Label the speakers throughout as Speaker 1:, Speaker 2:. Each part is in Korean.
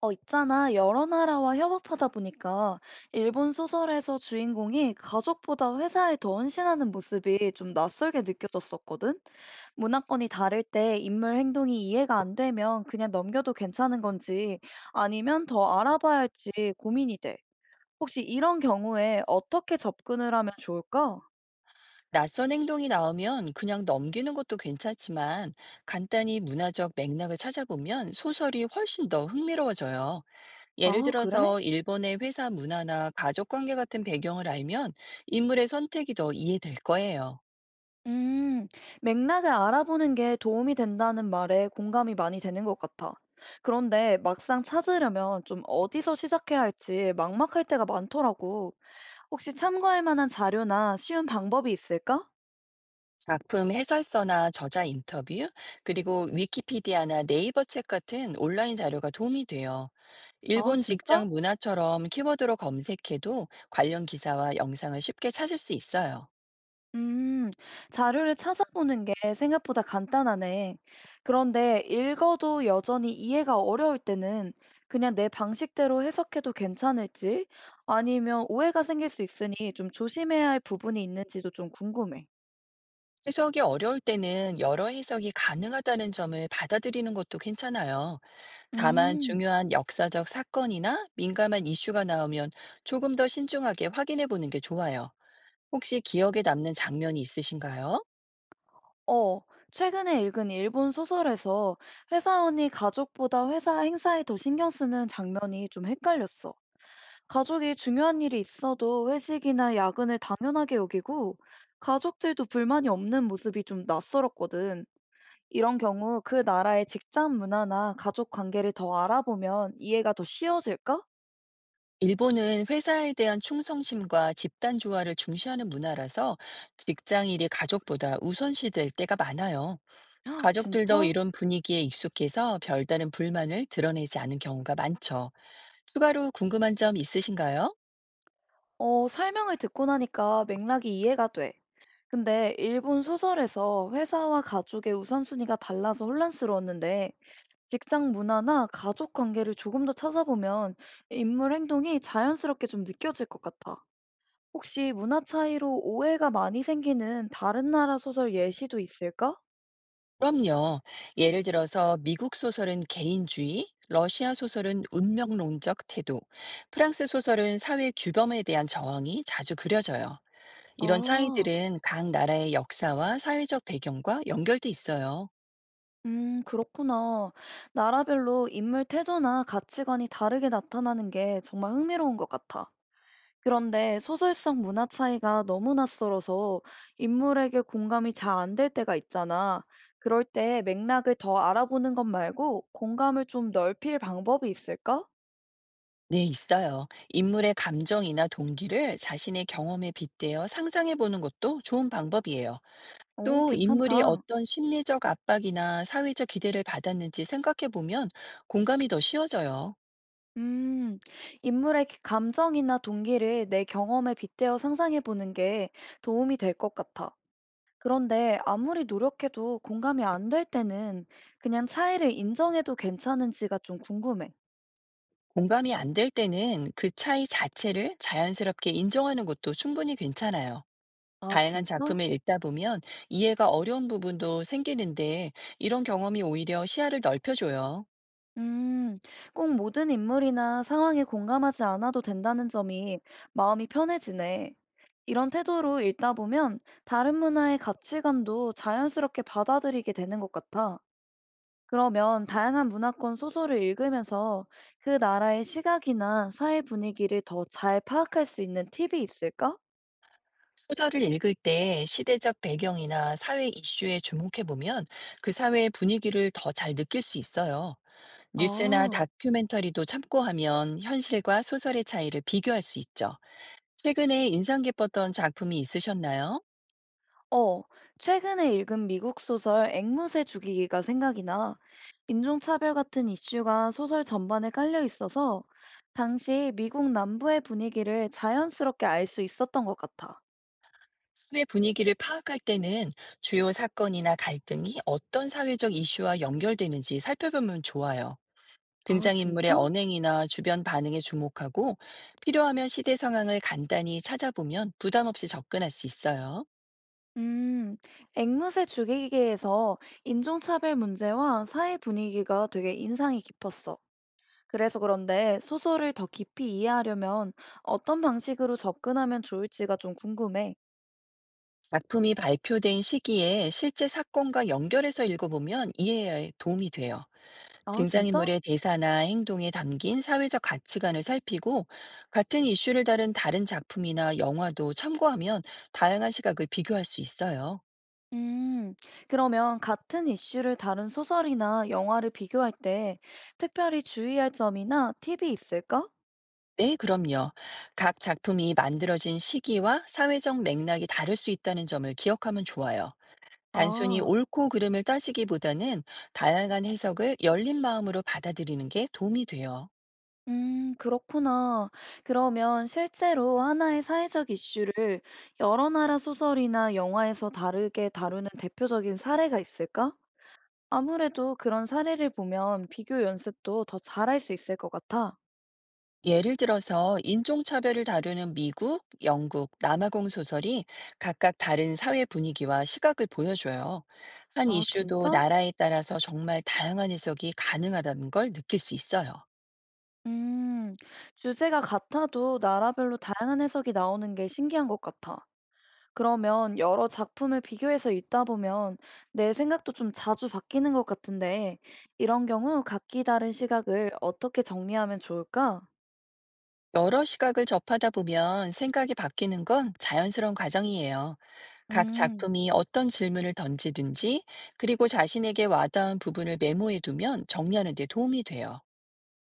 Speaker 1: 있잖아. 여러 나라와 협업하다 보니까 일본 소설에서 주인공이 가족보다 회사에 더 헌신하는 모습이 좀 낯설게 느껴졌었거든. 문화권이 다를 때 인물 행동이 이해가 안 되면 그냥 넘겨도 괜찮은 건지 아니면 더 알아봐야 할지 고민이 돼. 혹시 이런 경우에 어떻게 접근을 하면 좋을까?
Speaker 2: 낯선 행동이 나오면 그냥 넘기는 것도 괜찮지만 간단히 문화적 맥락을 찾아보면 소설이 훨씬 더 흥미로워져요. 예를
Speaker 1: 아, 그래?
Speaker 2: 들어서 일본의 회사 문화나 가족 관계 같은 배경을 알면 인물의 선택이 더 이해될 거예요.
Speaker 1: 음, 맥락을 알아보는 게 도움이 된다는 말에 공감이 많이 되는 것 같아. 그런데 막상 찾으려면 좀 어디서 시작해야 할지 막막할 때가 많더라고. 혹시 참고할 만한 자료나 쉬운 방법이 있을까?
Speaker 2: 작품 해설서나 저자 인터뷰, 그리고 위키피디아나 네이버 책 같은 온라인 자료가 도움이 돼요.
Speaker 1: 아,
Speaker 2: 일본
Speaker 1: 진짜?
Speaker 2: 직장 문화처럼 키워드로 검색해도 관련 기사와 영상을 쉽게 찾을 수 있어요.
Speaker 1: 음, 자료를 찾아보는 게 생각보다 간단하네. 그런데 읽어도 여전히 이해가 어려울 때는 그냥 내 방식대로 해석해도 괜찮을지 아니면 오해가 생길 수 있으니 좀 조심해야 할 부분이 있는지도 좀 궁금해.
Speaker 2: 해석이 어려울 때는 여러 해석이 가능하다는 점을 받아들이는 것도 괜찮아요. 다만
Speaker 1: 음,
Speaker 2: 중요한 역사적 사건이나 민감한 이슈가 나오면 조금 더 신중하게 확인해 보는 게 좋아요. 혹시 기억에 남는 장면이 있으신가요?
Speaker 1: 어, 최근에 읽은 일본 소설에서 회사원이 가족보다 회사 행사에 더 신경 쓰는 장면이 좀 헷갈렸어. 가족이 중요한 일이 있어도 회식이나 야근을 당연하게 여기고 가족들도 불만이 없는 모습이 좀 낯설었거든. 이런 경우 그 나라의 직장 문화나 가족 관계를 더 알아보면 이해가 더 쉬워질까?
Speaker 2: 일본은 회사에 대한 충성심과 집단 조화를 중시하는 문화라서 직장 일이 가족보다 우선시될 때가 많아요.
Speaker 1: 헉,
Speaker 2: 가족들도
Speaker 1: 진짜?
Speaker 2: 이런 분위기에 익숙해서 별다른 불만을 드러내지 않은 경우가 많죠. 추가로 궁금한 점 있으신가요?
Speaker 1: 어, 설명을 듣고 나니까 맥락이 이해가 돼. 근데 일본 소설에서 회사와 가족의 우선순위가 달라서 혼란스러웠는데 직장 문화나 가족 관계를 조금 더 찾아보면 인물 행동이 자연스럽게 좀 느껴질 것 같아. 혹시 문화 차이로 오해가 많이 생기는 다른 나라 소설 예시도 있을까?
Speaker 2: 그럼요. 예를 들어서 미국 소설은 개인주의, 러시아 소설은 운명론적 태도, 프랑스 소설은 사회 규범에 대한 저항이 자주 그려져요. 이런
Speaker 1: 아,
Speaker 2: 차이들은 각 나라의 역사와 사회적 배경과 연결돼 있어요.
Speaker 1: 그렇구나. 나라별로 인물 태도나 가치관이 다르게 나타나는 게 정말 흥미로운 것 같아. 그런데 소설 속 문화 차이가 너무 낯설어서 인물에게 공감이 잘 안 될 때가 있잖아. 그럴 때 맥락을 더 알아보는 것 말고 공감을 좀 넓힐 방법이 있을까?
Speaker 2: 네, 있어요. 인물의 감정이나 동기를 자신의 경험에 빗대어 상상해 보는 것도 좋은 방법이에요.
Speaker 1: 오,
Speaker 2: 또 인물이
Speaker 1: 괜찮다.
Speaker 2: 어떤 심리적 압박이나 사회적 기대를 받았는지 생각해 보면 공감이 더 쉬워져요.
Speaker 1: 음, 인물의 감정이나 동기를 내 경험에 빗대어 상상해 보는 게 도움이 될 것 같아. 그런데 아무리 노력해도 공감이 안 될 때는 그냥 차이를 인정해도 괜찮은지가 좀 궁금해.
Speaker 2: 공감이 안 될 때는 그 차이 자체를 자연스럽게 인정하는 것도 충분히 괜찮아요.
Speaker 1: 아,
Speaker 2: 다양한
Speaker 1: 진짜?
Speaker 2: 작품을 읽다 보면 이해가 어려운 부분도 생기는데 이런 경험이 오히려 시야를 넓혀줘요.
Speaker 1: 음, 꼭 모든 인물이나 상황에 공감하지 않아도 된다는 점이 마음이 편해지네. 이런 태도로 읽다 보면 다른 문화의 가치관도 자연스럽게 받아들이게 되는 것 같아. 그러면 다양한 문화권 소설을 읽으면서 그 나라의 시각이나 사회 분위기를 더 잘 파악할 수 있는 팁이 있을까?
Speaker 2: 소설을 읽을 때 시대적 배경이나 사회 이슈에 주목해 보면 그 사회의 분위기를 더 잘 느낄 수 있어요. 뉴스나
Speaker 1: 아,
Speaker 2: 다큐멘터리도 참고하면 현실과 소설의 차이를 비교할 수 있죠. 최근에 인상 깊었던 작품이 있으셨나요?
Speaker 1: 어, 최근에 읽은 미국 소설 앵무새 죽이기가 생각이 나. 인종차별 같은 이슈가 소설 전반에 깔려 있어서 당시 미국 남부의 분위기를 자연스럽게 알 수 있었던 것 같아.
Speaker 2: 사회 분위기를 파악할 때는 주요 사건이나 갈등이 어떤 사회적 이슈와 연결되는지 살펴보면 좋아요.
Speaker 1: 아,
Speaker 2: 등장인물의
Speaker 1: 진짜?
Speaker 2: 언행이나 주변 반응에 주목하고 필요하면 시대 상황을 간단히 찾아보면 부담 없이 접근할 수 있어요.
Speaker 1: 음, 앵무새 죽이기에서 인종차별 문제와 사회 분위기가 되게 인상이 깊었어. 그래서 그런데 소설을 더 깊이 이해하려면 어떤 방식으로 접근하면 좋을지가 좀 궁금해.
Speaker 2: 작품이 발표된 시기에 실제 사건과 연결해서 읽어보면 이해에 도움이 돼요.
Speaker 1: 아, 진짜?
Speaker 2: 등장인물의 대사나 행동에 담긴 사회적 가치관을 살피고 같은 이슈를 다룬 다른 작품이나 영화도 참고하면 다양한 시각을 비교할 수 있어요.
Speaker 1: 음, 그러면 같은 이슈를 다른 소설이나 영화를 비교할 때 특별히 주의할 점이나 팁이 있을까?
Speaker 2: 네, 그럼요. 각 작품이 만들어진 시기와 사회적 맥락이 다를 수 있다는 점을 기억하면 좋아요. 단순히
Speaker 1: 아,
Speaker 2: 옳고 그름을 따지기보다는 다양한 해석을 열린 마음으로 받아들이는 게 도움이 돼요.
Speaker 1: 그렇구나. 그러면 실제로 하나의 사회적 이슈를 여러 나라 소설이나 영화에서 다르게 다루는 대표적인 사례가 있을까? 아무래도 그런 사례를 보면 비교 연습도 더 잘할 수 있을 것 같아.
Speaker 2: 예를 들어서 인종차별을 다루는 미국, 영국, 남아공 소설이 각각 다른 사회 분위기와 시각을 보여줘요. 한
Speaker 1: 아,
Speaker 2: 이슈도
Speaker 1: 진짜?
Speaker 2: 나라에 따라서 정말 다양한 해석이 가능하다는 걸 느낄 수 있어요.
Speaker 1: 음, 주제가 같아도 나라별로 다양한 해석이 나오는 게 신기한 것 같아. 그러면 여러 작품을 비교해서 읽다 보면 내 생각도 좀 자주 바뀌는 것 같은데, 이런 경우 각기 다른 시각을 어떻게 정리하면 좋을까?
Speaker 2: 여러 시각을 접하다 보면 생각이 바뀌는 건 자연스러운 과정이에요. 각
Speaker 1: 음.
Speaker 2: 작품이 어떤 질문을 던지든지, 그리고 자신에게 와닿은 부분을 메모해 두면 정리하는 데 도움이 돼요.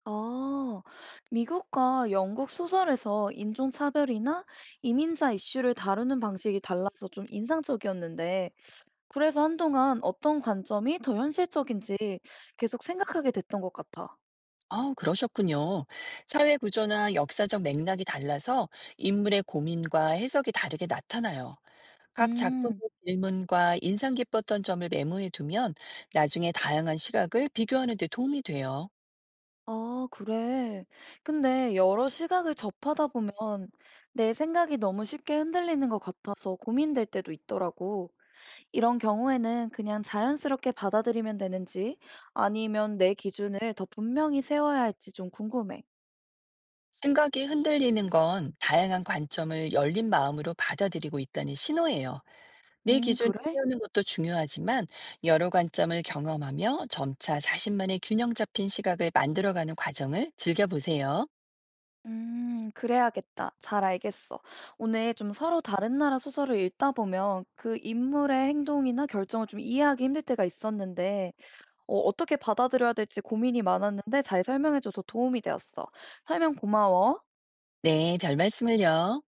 Speaker 1: 아, 미국과 영국 소설에서 인종차별이나 이민자 이슈를 다루는 방식이 달라서 좀 인상적이었는데, 그래서 한동안 어떤 관점이 더 현실적인지 계속 생각하게 됐던 것 같아.
Speaker 2: 아, 그러셨군요. 사회 구조나 역사적 맥락이 달라서 인물의 고민과 해석이 다르게 나타나요. 각 작품의
Speaker 1: 음,
Speaker 2: 질문과 인상 깊었던 점을 메모해 두면 나중에 다양한 시각을 비교하는 데 도움이 돼요.
Speaker 1: 아, 그래. 근데 여러 시각을 접하다 보면 내 생각이 너무 쉽게 흔들리는 것 같아서 고민될 때도 있더라고. 이런 경우에는 그냥 자연스럽게 받아들이면 되는지 아니면 내 기준을 더 분명히 세워야 할지 좀 궁금해.
Speaker 2: 생각이 흔들리는 건 다양한 관점을 열린 마음으로 받아들이고 있다는 신호예요. 내 기준을
Speaker 1: 그래?
Speaker 2: 세우는 것도 중요하지만 여러 관점을 경험하며 점차 자신만의 균형 잡힌 시각을 만들어가는 과정을 즐겨보세요.
Speaker 1: 그래야겠다. 잘 알겠어. 오늘 좀 서로 다른 나라 소설을 읽다 보면 그 인물의 행동이나 결정을 좀 이해하기 힘들 때가 있었는데, 어떻게 받아들여야 될지 고민이 많았는데 잘 설명해줘서 도움이 되었어. 설명 고마워.
Speaker 2: 네, 별말씀을요.